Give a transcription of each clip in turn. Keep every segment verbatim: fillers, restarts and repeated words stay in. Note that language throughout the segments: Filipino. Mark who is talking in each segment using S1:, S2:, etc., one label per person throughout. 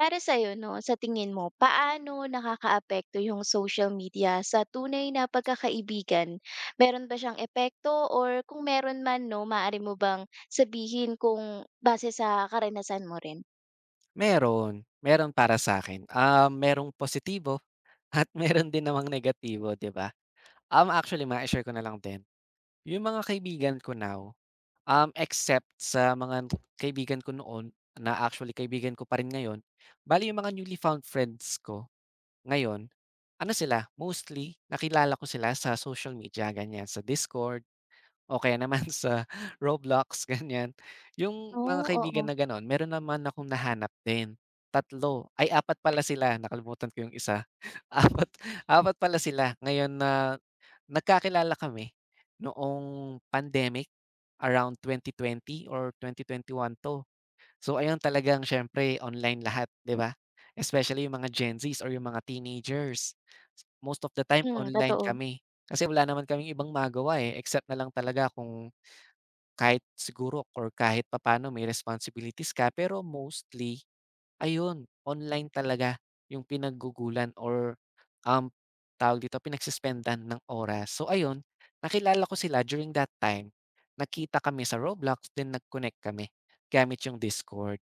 S1: Para sa sa'yo 'no, sa tingin mo, paano nakakaapekto yung social media sa tunay na pagkakaibigan? Meron ba siyang epekto or kung meron man 'no, maaari mo bang sabihin kung base sa karanasan mo rin?
S2: Meron, meron para sa'kin. Um, merong positibo at meron din namang negatibo, 'di ba? Um, actually ma share ko na lang din, yung mga kaibigan ko now, um, except sa mga kaibigan ko noon na actually kaibigan ko pa rin ngayon, bale yung mga newly found friends ko ngayon, ano sila, mostly nakilala ko sila sa social media, ganyan, sa Discord. O kaya naman sa Roblox ganyan. Yung mga
S1: Oh,
S2: kaibigan
S1: oo.
S2: na gano'n meron naman akong nahanap din, tatlo ay apat pala sila, nakalimutan ko yung isa. apat apat pala sila ngayon na nagkakilala kami noong pandemic around twenty twenty or twenty twenty-one 'to. So ayun, talagang siyempre online lahat, 'di ba? Especially yung mga Gen Zs or yung mga teenagers. Most of the time
S1: Hmm,
S2: online
S1: totoo.
S2: kami, kasi wala naman kaming ibang magawa, eh, except na lang talaga kung kahit siguro or kahit papaano may responsibilities ka, pero mostly ayun, online talaga yung pinaggugulan or, um, tawag dito, pinagsispendan ng oras. So ayun, nakilala ko sila during that time. Nakita kami sa Roblox then nag-connect kami gamit yung Discord.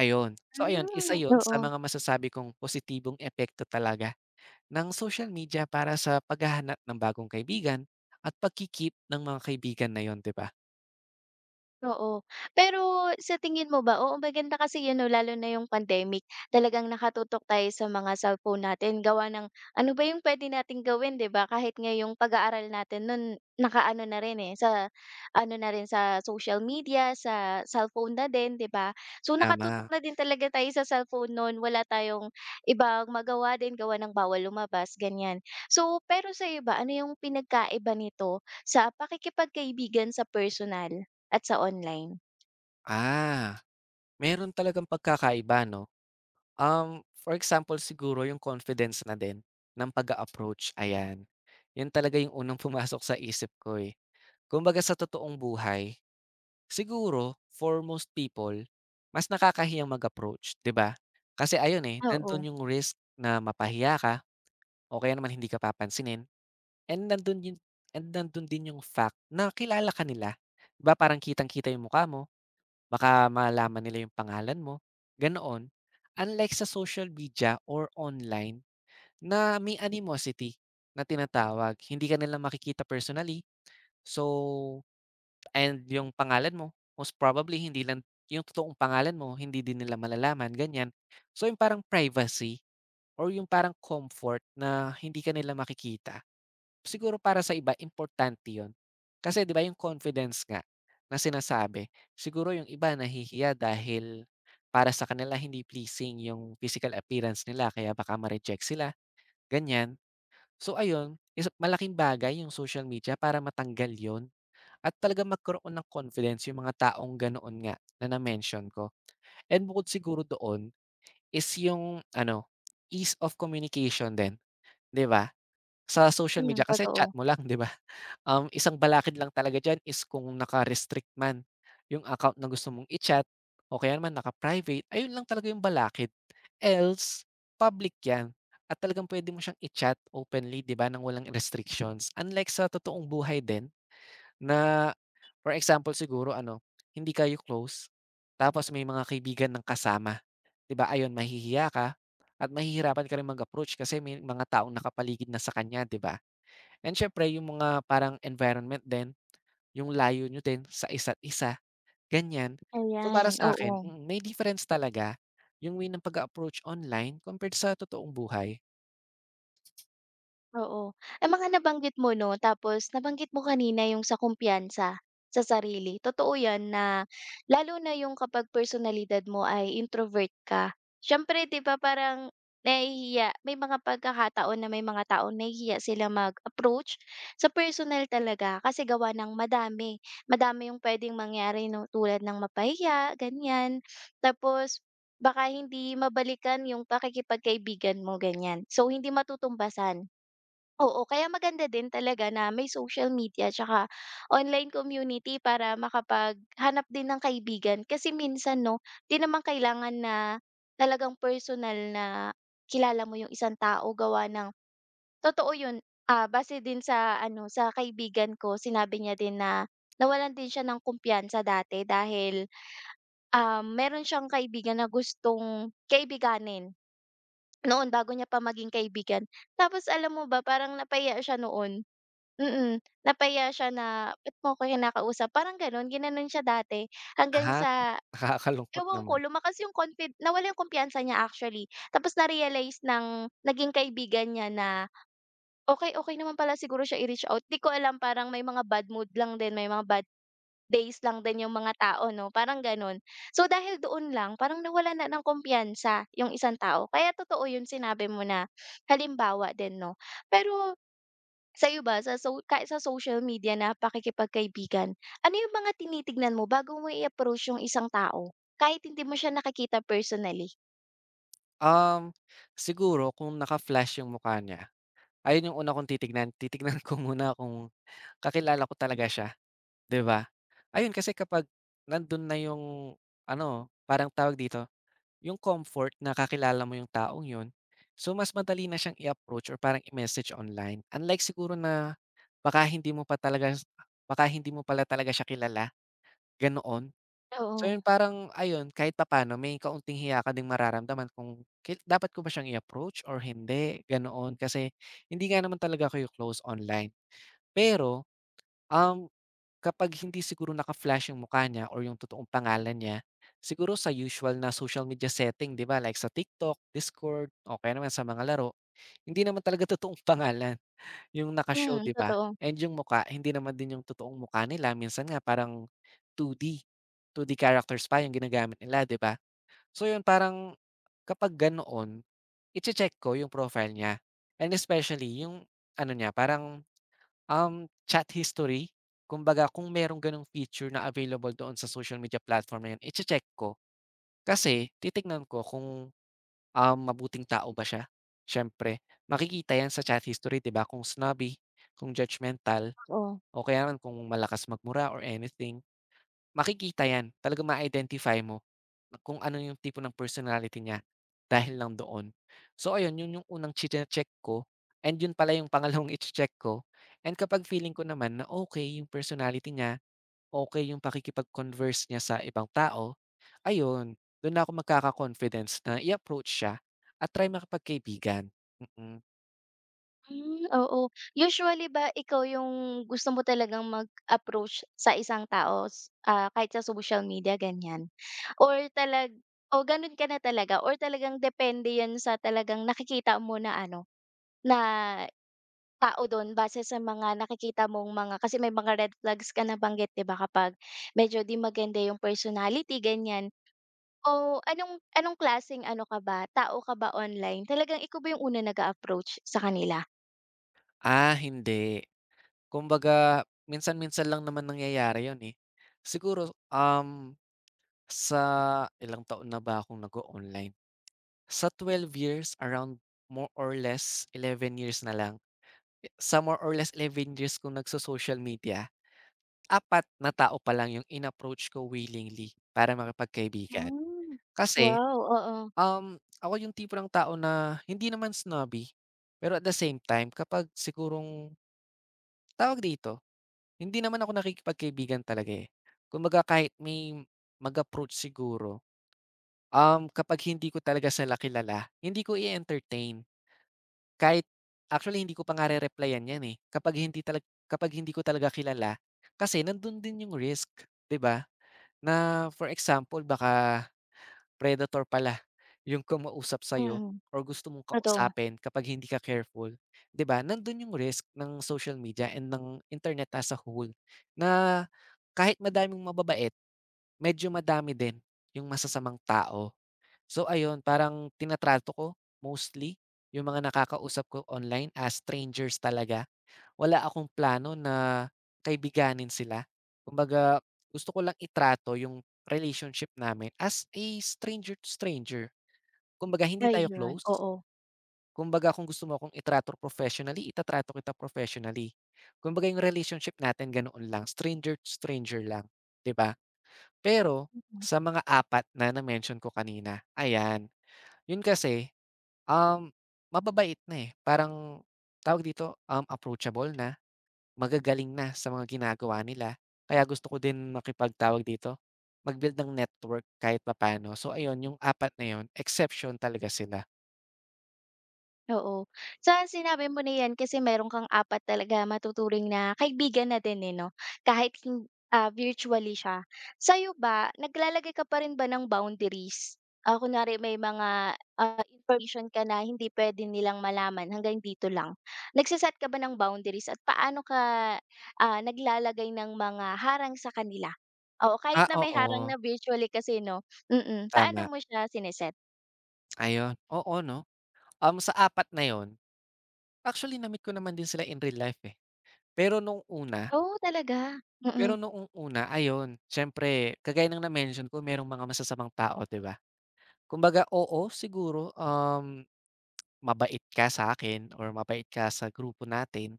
S2: Ayun. So ayun, isa
S1: Hmm,
S2: yun sa
S1: oo.
S2: mga masasabi kong positibong epekto talaga ng social media para sa paghahanap ng bagong kaibigan at pagki-keep ng mga kaibigan na yun, 'di ba?
S1: Oo. Pero sa tingin mo ba, oo, maganda kasi 'yun 'no, lalo na yung pandemic, talagang nakatutok tayo sa mga cellphone natin gawa ng ano ba yung pwede nating gawin, 'di ba? Kahit nga yung pag-aaral natin nun nakaano na rin, eh, sa ano na rin, sa social media, sa cellphone na din, 'di ba? So, nakatutok
S2: Tama.
S1: na din talaga tayo sa cellphone nun, wala tayong ibang magawa din gawa ng bawal lumabas, ganiyan. So, pero sa iba, ano yung pinagkaiba nito sa pakikipagkaibigan sa personal at sa online?
S2: Ah, meron talagang pagkakaiba 'no? Um, for example siguro yung confidence na din ng pag-a-approach, ayan. Yun talaga yung unang pumasok sa isip ko, eh. Kumbaga sa totoong buhay, siguro for most people, mas nakakahiyang mag-approach, 'di ba? Kasi ayun, eh,
S1: Oo.
S2: nandun yung risk na mapahiya ka o kaya naman hindi ka papansinin, and nandun yun, and nandun din yung fact na kilala ka nila. 'Di ba parang kitang-kita yung mukha mo, baka malaman nila yung pangalan mo, ganoon. Unlike sa social media or online na may animosity na tinatawag, hindi ka nila makikita personally. So, and yung pangalan mo, most probably hindi lang yung totoong pangalan mo, hindi din nila malalaman, ganyan. So, yung parang privacy or yung parang comfort na hindi ka nila makikita, siguro para sa iba importante yon. Kasi 'di ba yung confidence nga na sinasabi, siguro yung iba nahihiya dahil para sa kanila hindi pleasing yung physical appearance nila kaya baka ma-reject sila, ganyan. So ayun, is malaking bagay yung social media para matanggal yon at talagang magkaroon ng confidence yung mga taong ganoon nga na na-mention ko. And bukod siguro doon is yung ano, ease of communication din, 'di ba? Sa social
S1: Hmm,
S2: media kasi chat
S1: totoo.
S2: mo lang, 'di ba? Um, isang balakid lang talaga diyan is kung naka-restrict man yung account na gusto mong i-chat o kaya naman naka-private, ayun lang talaga yung balakid. Else, public 'yan at talagang puwede mo siyang i-chat openly, 'di ba, nang walang restrictions. Unlike sa totoong buhay din na for example siguro ano, hindi kayo close tapos may mga kaibigan ng kasama, 'di ba? Ayun mahihiya ka at mahihirapan ka rin mag-approach kasi may mga taong nakapaligid na sa kanya, 'di ba? And siyempre yung mga parang environment din, yung layo nyo din sa isa't isa, ganyan. So para
S1: Ayan, oo,
S2: sa'kin, mm, may difference talaga yung way ng pag-a-approach online compared sa totoong buhay.
S1: oo. Ang mga nabanggit mo 'no, tapos nabanggit mo kanina yung sa kumpiyansa sa sarili. Totoo 'yan na lalo na yung kapag personalidad mo ay introvert ka, siyempre 'di ba parang nahihiya, may mga pagkakataon na may mga taong nahihiya sila mag-approach sa personal talaga kasi gawa ng madami. Madami yung puwedeng mangyari 'no, tulad ng mapahiya, ganiyan. Tapos, baka hindi mabalikan yung pakikipagkaibigan mo, ganyan. So, hindi matutumbasan. Oo, kaya maganda din talaga na may social media tsaka online community para makapaghanap din ng kaibigan. Kasi minsan 'no, 'di naman kailangan na talagang personal na kilala mo yung isang tao gawa ng totoo yun, ah, base din sa ano, sa kaibigan ko sinabi niya din na nawalan din siya ng kumpiyansa dati dahil Um, meron siyang kaibigan na gustong kaibiganin noon bago niya pa maging kaibigan. Tapos, alam mo ba, parang napahiya siya noon. Mm, napahiya siya na, "Ba't mo ako kinakausap?" Parang gano'n, ginanon siya dati hanggang
S2: At
S1: sa,
S2: nakakalungkot
S1: ewan
S2: naman.
S1: ko, lumakas yung confid nawala yung kumpiyansa niya, actually. Tapos na-realize ng naging kaibigan niya na okey, okey naman pala siguro siya i-reach out. 'Di ko alam, parang may mga bad mood lang din, may mga bad days lang din yung mga tao 'no, parang gano'n. So dahil doon lang parang nawalan na ng kumpiyansa yung isang tao. Kaya totoo yung sinabi mo na halimbawa din 'no. Pero sa'yo ba, sa so ka sa social media na pakikipagkaibigan, ano yung mga tinitignan mo bago mo i-approach yung isang tao? Kahit hindi mo siya nakakita personally?
S2: Um, siguro kung naka-flash yung mukha niya, ayun yung una kong titignan. Titignan ko muna kung kakilala ko talaga siya, 'di ba? Ayun, kasi kapag nandun na yung ano, parang tawag dito, yung comfort na kakilala mo yung taong yun, so mas madali na siyang i-approach or parang i-message online. Unlike siguro na baka hindi mo pa talaga baka hindi mo pala talaga siya kilala, ganoon. So
S1: Oo.
S2: yun parang ayun, kahit papaano may kaunting hiya ka ding mararamdaman kung ki dapat ko ba siyang i-approach or hindi, ganoon. Kasi hindi nga naman talaga kayo close online. Pero, um, kapag hindi siguro naka-flash yung mukha niya or yung totoong pangalan niya, siguro sa usual na social media setting, 'di ba, like sa TikTok, Discord o kaya naman sa mga laro, hindi naman talaga totoong pangalan yung naka-show,
S1: Hmm,
S2: 'di ba?
S1: totoo.
S2: And yung mukha hindi naman din yung totoong mukha nila, minsan nga parang two D, two D characters pa yung ginagamit nila, 'di ba? So yun parang kapag ganoon, iche-check ko yung profile niya, and especially yung ano niya parang, um, chat history. Kumbaga kung merong ganong feature na available doon sa social media platform na yun, iche-check ko. Kasi titignan ko kung, Um, mabuting tao ba siya? Siyempre, makikita 'yan sa chat history, 'di ba, kung snobby, kung judgmental,
S1: Oo.
S2: o kaya naman kung malakas magmura or anything, makikita 'yan. Talaga ma-identify mo kung ano yung tipo ng personality niya dahil lang doon. So ayun, yun yung unang chine-check ko, and yun pala yung pangalawang iche-check ko, and kapag feeling ko naman na okay yung personality niya, okay yung pakikipag-converse niya sa ibang tao, ayun, dun na ako magkaka-confidence na i-approach siya at try makipagkaibigan, mm.
S1: Hmm, oo. Usually ba ikaw yung gusto mo talagang mag-approach sa isang tao, s- ah, kahit sa social media, ganyan? Or talag o gano'n ka na talaga, or talagang depende 'yan sa talagang nakikita mo na ano, na tao dun base sa mga nakikita mong mga, kasi may mga red flags ka nabanggit, 'di ba, kapag medyo 'di maganda yung personality, ganyan. O anong anong klaseng ano ka ba, tao ka ba online? Talagang ikaw ba yung unang nag approach sa kanila?
S2: Ah, hindi. Kumbaga minsan-minsan lang naman nangyayari yun, eh. Siguro, um, sa ilang taon na ba akong nag online. Sa twelve years, around more or less eleven years na lang. Sa more or less eleven years kong nagso-social media, apat na tao pa lang yung in-approach ko willingly para makipagkaibigan.
S1: Hmm,
S2: Kasi,
S1: wow, oo,
S2: Um, ako yung tipo ng tao na hindi naman snobby, pero at the same time kapag sigurong tawag dito, hindi naman ako nakikipagkaibigan talaga, eh. Kumbaga kahit may mag-approach siguro, um, kapag hindi ko talaga sila kilala, hindi ko i-entertain. Kahit actually hindi ko pa nga re-replyan 'yan, eh, kapag hindi talag kapag hindi ko talaga kilala. Kasi nandun din yung risk, 'di ba? Na for example baka predator pala yung kumausap sa'yo
S1: mm.
S2: or gusto mong
S1: Totoo,
S2: kausapin kapag hindi ka careful, 'di ba? Nandun yung risk ng social media and ng internet as a whole na kahit madaming mababait, medyo madami din yung masasamang tao. So ayun, parang tinatrato ko mostly yung mga nakakausap ko online as strangers talaga. Wala akong plano na kaibiganin sila. Kumbaga gusto ko lang itrato yung relationship namin as a stranger to stranger. Kumbaga hindi tayo
S1: ayun,
S2: close.
S1: oo.
S2: Kumbaga kung gusto mo akong itrato professionally, itatrato kita professionally. Kumbaga yung relationship natin ganoon lang, stranger to stranger lang, 'di ba? Pero sa mga apat na na-mention ko kanina, ayan, yun kasi, um, mababait na, eh, parang tawag dito, um, approachable na. Magagaling na sa mga ginagawa nila. Kaya gusto ko din makipag dito, mag-build ng network kahit papaano. So ayun, yung apat na yun, exception talaga sila.
S1: Oo. Sa sinabi mo na 'yan, kasi meron kang apat talaga matuturing na kaibigan na din, eh, 'no? Kahit hin ah, virtually siya. Sa'yo ba, naglalagay ka pa rin ba ng boundaries? Ah, kunwari may mga, ah, information ka na hindi puwede nilang malaman, hanggang dito lang. Nagse ka ba ng boundaries, at paano ka, ah, naglalagay ng mga harang sa kanila? Oo, kahit
S2: Ah,
S1: na may harang
S2: oo.
S1: na virtually kasi 'no? Mm. Paano
S2: Tama,
S1: mo siya sineset?
S2: ayun. Oo 'no? Um, sa apat na yun, actually na-meet ko naman din sila in real life, eh. Pero nung una
S1: Oo, talaga. Mm.
S2: pero noong una ayun, siyempre kagaya ng na-mention ko merong mga masasamang tao, 'di ba? Kumbaga, oo siguro, um, mabait ka sa akin or mabait ka sa grupo natin.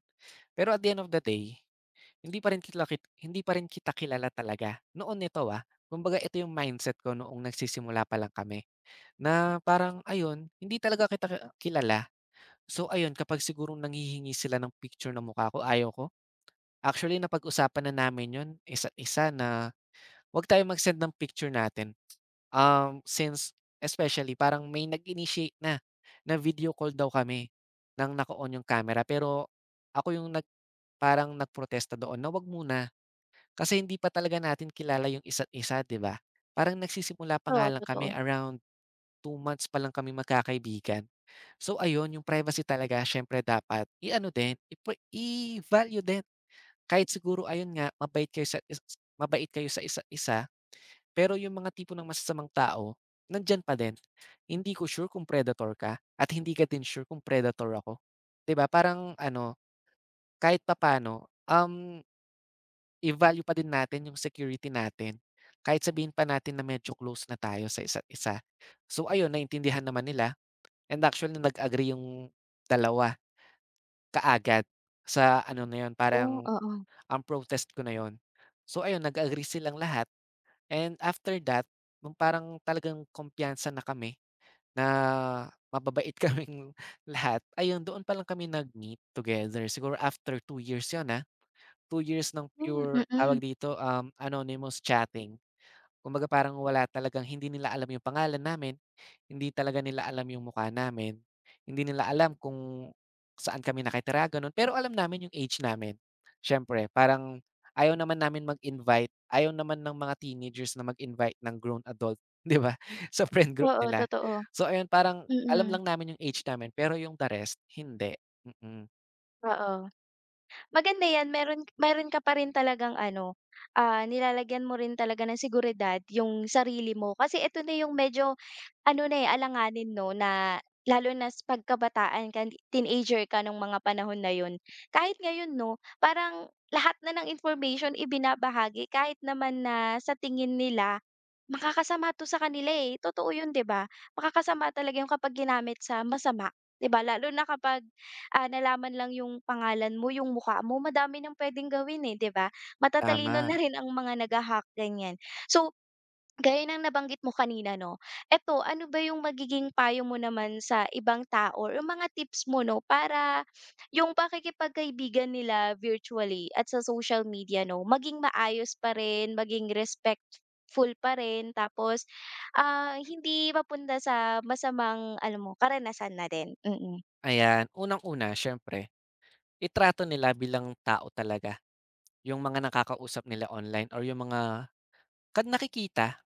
S2: Pero at the end of the day, hindi pa rin kitla kit hindi pa rin kita kilala talaga. Noon nito, ah, kumbaga ito yung mindset ko noong nagsisimula pa lang kami na parang ayun, hindi talaga kita ki kilala. So ayun, kapag siguro nanghihingi sila ng picture ng mukha ko, ayaw ko. Actually napag-usapan na namin yun, isa't isa, na 'wag tayong mag-send ng picture natin. Um, since especially parang may nag-initiate na, na video call daw kami nang naka-on yung camera, pero ako yung nag parang nagprotesta doon na wag muna, kasi hindi pa talaga natin kilala yung isa't isa, 'di ba? Parang nagsisimula pa nga
S1: Oo,
S2: lang
S1: totoo.
S2: kami, around two months pa lang kami magkakaibigan. So ayun, yung privacy talaga siyempre dapat i-ano din, ipa i-value din. Kahit siguro ayun nga mabait kayo sa is mabait kayo sa isa't isa, pero yung mga tipo ng masasamang tao, nandiyan pa din. Hindi ko sure kung predator ka at hindi ka din sure kung predator ako, 'di ba? Parang ano, kahit papaano, um, i-value pa din natin yung security natin. Kahit sabihin pa natin na medyo close na tayo sa isa't isa. So ayun, naintindihan naman nila, and actually nag-agree yung dalawa kaagad sa ano na yun,
S1: Oh,
S2: parang,
S1: oo.
S2: ang protest ko na yun. So ayun, nag-agree silang lahat. And after that, nung parang talagang kumpiyansa na kami na mababait kaming lahat, ayun doon pa lang kami nag-meet together. Siguro after two years 'yun, ah, two years ng
S1: Hmm,
S2: pure tawag
S1: mm.
S2: dito, um, anonymous chatting. Kumbaga parang wala talagang, hindi nila alam yung pangalan namin. Hindi talaga nila alam yung mukha namin, hindi nila alam kung saan kami nakatira gano'n, pero alam namin yung age namin. Siyempre parang ayaw naman namin mag-invite, ayaw naman ng mga teenagers na mag-invite ng grown adult, 'di ba, sa friend group
S1: Oo,
S2: nila.
S1: totoo.
S2: So ayun, parang alam
S1: Mm,
S2: lang namin yung age namin pero yung the rest hindi, mm.
S1: oo. Maganda 'yan, meron meron ka pa rin talagang ano, ah, nilalagyan mo rin talaga ng seguridad yung sarili mo, kasi ito na yung medyo ano na, eh, alanganin 'no, na lalo na sa pagkabataan ka, teenager ka nung mga panahon na yun. Kahit ngayon 'no, parang lahat na ng information ibinabahagi kahit naman na sa tingin nila makakasama 'to sa kanila, eh, totoo yun, 'di ba? Makakasama talaga yun kapag ginamit sa masama, 'di ba? Lalo na kapag, ah, nalaman lang yung pangalan mo, yung mukha mo, madami ng puwedeng gawin, eh, 'di ba? Matatalino
S2: Tama,
S1: na rin ang mga nagahak hack. So, gaya ng nabanggit mo kanina 'no, eto, ano ba yung magiging payo mo naman sa ibang tao or yung mga tips mo 'no, para yung pakikipagkaibigan nila virtually at sa social media 'no, maging maayos pa rin, maging respectful pa rin, tapos, ah, hindi mapunta sa masamang, alam mo, karanasan na din? Mm-mm. Mm.
S2: ayan. Unang-una siyempre, itrato nila bilang tao talaga yung mga nakakausap nila online or yung mga kad nakikita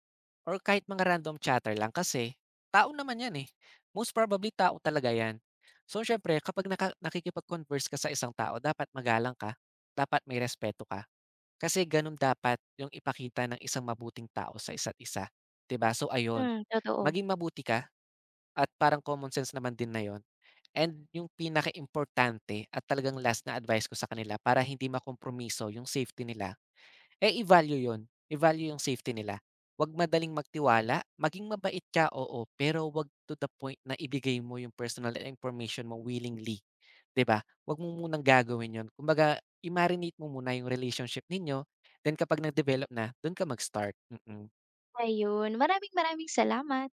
S2: or kahit mga random chatter lang, kasi tao naman 'yan, eh, most probably tao talaga 'yan. So, siyempre kapag naka nakikipag-converse ka sa isang tao dapat magalang ka, dapat may respeto ka, kasi gano'n dapat 'yung ipakita ng isang mabuting tao sa isa't isa, 'di ba? So, ayun,
S1: Hmm, totoo.
S2: maging mabuti ka at parang common sense naman din na yon, and 'yung pinakaimportante at talagang last na advice ko sa kanila para hindi makompromiso 'yung safety nila, eh, i-value 'yun, i-value yung safety nila. 'Wag madaling magtiwala, maging mabait ka, oo, pero 'wag to the point na ibigay mo yung personal information mo willingly, 'di ba? 'Wag mo munang gagawin 'yun. Kumbaga i-marinate mo muna yung relationship ninyo, then kapag nag-develop na, dun ka mag-start, mm. Mm.
S1: Ayun, maraming maraming salamat.